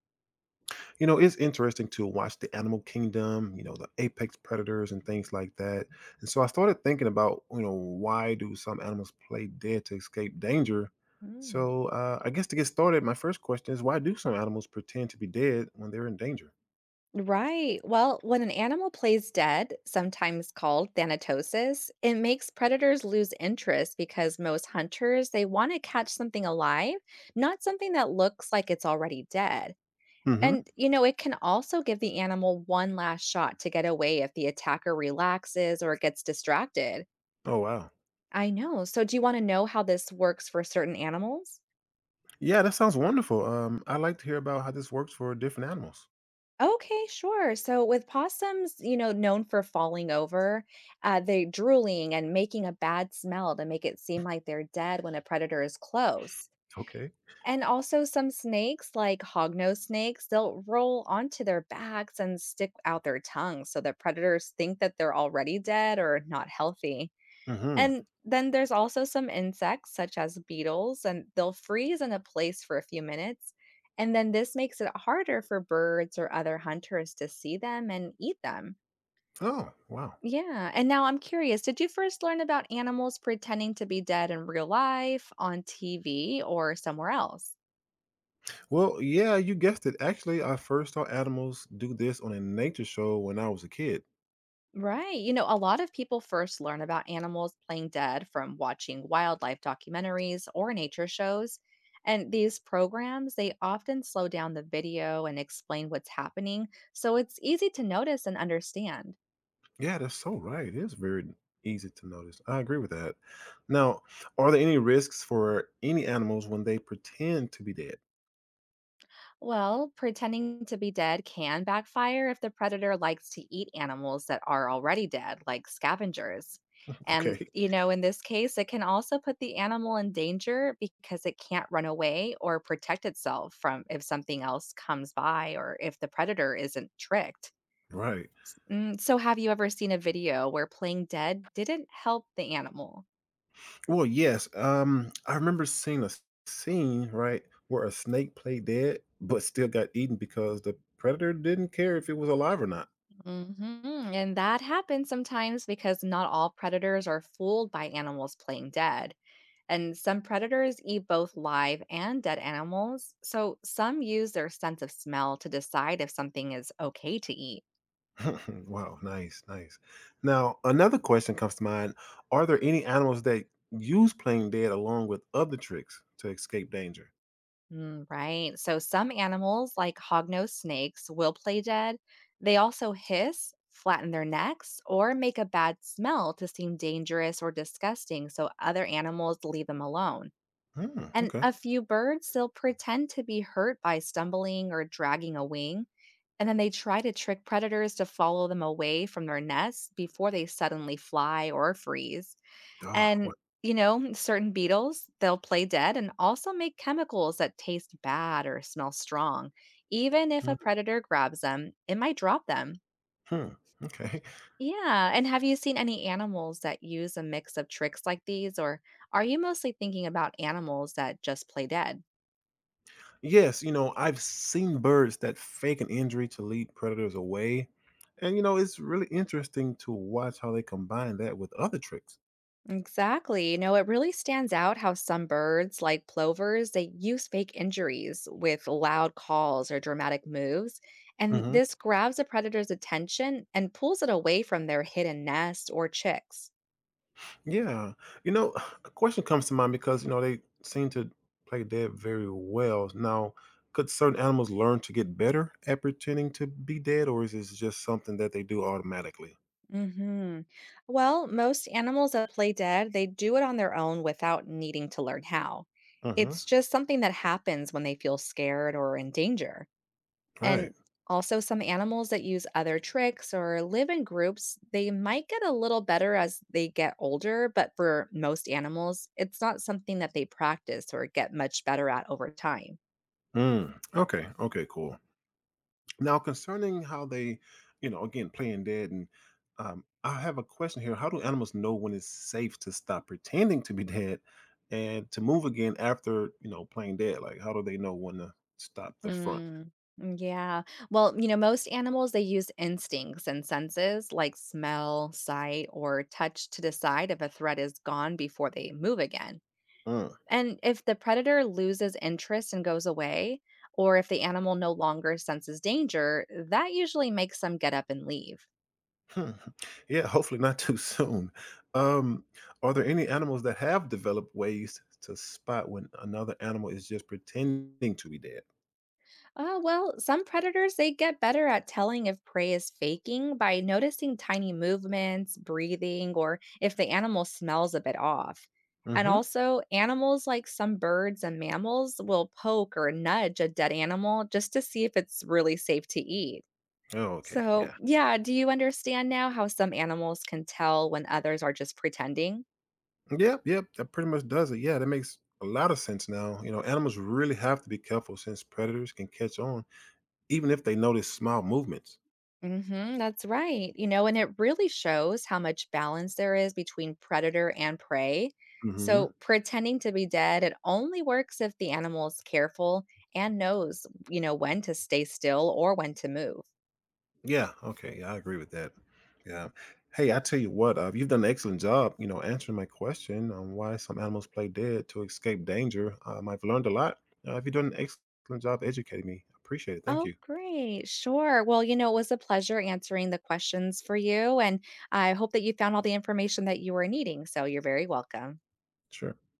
You know, it's interesting to watch the animal kingdom. You know, the apex predators and things like that. And so I started thinking about, you know, why do some animals play dead to escape danger. Mm. So I guess to get started, my first question is, why do some animals pretend to be dead when they're in danger? Right. Well, when an animal plays dead, sometimes called thanatosis, it makes predators lose interest because most hunters, they want to catch something alive, not something that looks like it's already dead. Hmm. And, you know, it can also give the animal one last shot to get away if the attacker relaxes or gets distracted. Oh wow. I know. So, do you want to know how this works for certain animals? Yeah, that sounds wonderful. I'd like to hear about how this works for different animals. Okay, sure. So with possums, you know, known for falling over, they drooling and making a bad smell to make it seem like they're dead when a predator is close. Okay. And also some snakes, like hognose snakes, they'll roll onto their backs and stick out their tongues so the predators think that they're already dead or not healthy. Hmm. And then there's also some insects, such as beetles, and they'll freeze in a place for a few minutes. And then this makes it harder for birds or other hunters to see them and eat them. Oh wow. Yeah. And now I'm curious, did you first learn about animals pretending to be dead in real life, on TV, or somewhere else? Well, yeah, you guessed it. Actually, I first saw animals do this on a nature show when I was a kid. Right. You know, a lot of people first learn about animals playing dead from watching wildlife documentaries or nature shows. And these programs, they often slow down the video and explain what's happening. So it's easy to notice and understand. Yeah, that's so right. It is very easy to notice. I agree with that. Now, are there any risks for any animals when they pretend to be dead? Well, pretending to be dead can backfire if the predator likes to eat animals that are already dead, like scavengers. And, Okay, you know, in this case, it can also put the animal in danger because it can't run away or protect itself from if something else comes by or if the predator isn't tricked. right. Mm, so, have you ever seen a video where playing dead didn't help the animal? Well, yes. I remember seeing a scene, right, where a snake played dead but still got eaten because the predator didn't care if it was alive or not. Hmm. And that happens sometimes because not all predators are fooled by animals playing dead. And some predators eat both live and dead animals, so some use their sense of smell to decide if something is okay to eat. Wow, nice, nice. Now, another question comes to mind. Are there any animals that use playing dead along with other tricks to escape danger? Mm, right. So some animals, like hognose snakes, will play dead. They also hiss, flatten their necks, or make a bad smell to seem dangerous or disgusting, so other animals leave them alone. Hmm, And okay. a few birds still pretend to be hurt by stumbling or dragging a wing. And then they try to trick predators to follow them away from their nests before they suddenly fly or freeze. Ah, wow. And, you know, certain beetles, they'll play dead and also make chemicals that taste bad or smell strong. Even if a predator grabs them, it might drop them. Mhm. Okay. Yeah. And have you seen any animals that use a mix of tricks like these? Or are you mostly thinking about animals that just play dead? Yes, you know, I've seen birds that fake an injury to lead predators away. And, you know, it's really interesting to watch how they combine that with other tricks. Exactly. You know, it really stands out how some birds, like plovers, they use fake injuries with loud calls or dramatic moves. And Hmm. this grabs a predator's attention and pulls it away from their hidden nest or chicks. Yeah. You know, a question comes to mind because, you know, they seem to play dead very well. Now, could certain animals learn to get better at pretending to be dead, or is this just something that they do automatically? Hmm. Well, most animals that play dead, they do it on their own without needing to learn how. Hmm. It's just something that happens when they feel scared or in danger. Right. And also, some animals that use other tricks or live in groups, they might get a little better as they get older, but for most animals, it's not something that they practice or get much better at over time. Mm. Okay. Okay, cool. Now, concerning how they, you know, again, playing dead, and I have a question here. How do animals know when it's safe to stop pretending to be dead and to move again after, you know, playing dead? Like, how do they know when to stop the front? Mm, yeah. Well, you know, most animals, they use instincts and senses like smell, sight, or touch to decide if a threat is gone before they move again. Mm, And if the predator loses interest and goes away, or if the animal no longer senses danger, that usually makes them get up and leave. hmm. Yeah, hopefully not too soon. Um, are there any animals that have developed ways to spot when another animal is just pretending to be dead? Well, some predators, they get better at telling if prey is faking by noticing tiny movements, breathing, or if the animal smells a bit off. And Hmm. also, animals like some birds and mammals will poke or nudge a dead animal just to see if it's really safe to eat. Oh, okay. So, Yeah. yeah, do you understand now how some animals can tell when others are just pretending? Yep, yep. That pretty much does it. Yeah, that makes a lot of sense now. You know, animals really have to be careful since predators can catch on, even if they notice small movements. Hmm, that's right. You know, and it really shows how much balance there is between predator and prey. Hmm. So, pretending to be dead, it only works if the animal is careful and knows, you know, when to stay still or when to move. Yeah. Okay. Yeah, I agree with that. Yeah. Hey, I tell you what, you've done an excellent job, you know, answering my question on why some animals play dead to escape danger. I've learned a lot. You've done an excellent job educating me. Appreciate it. Thank Oh, you. great. Sure. Well, you know, it was a pleasure answering the questions for you. And I hope that you found all the information that you were needing. So, you're very welcome. Sure.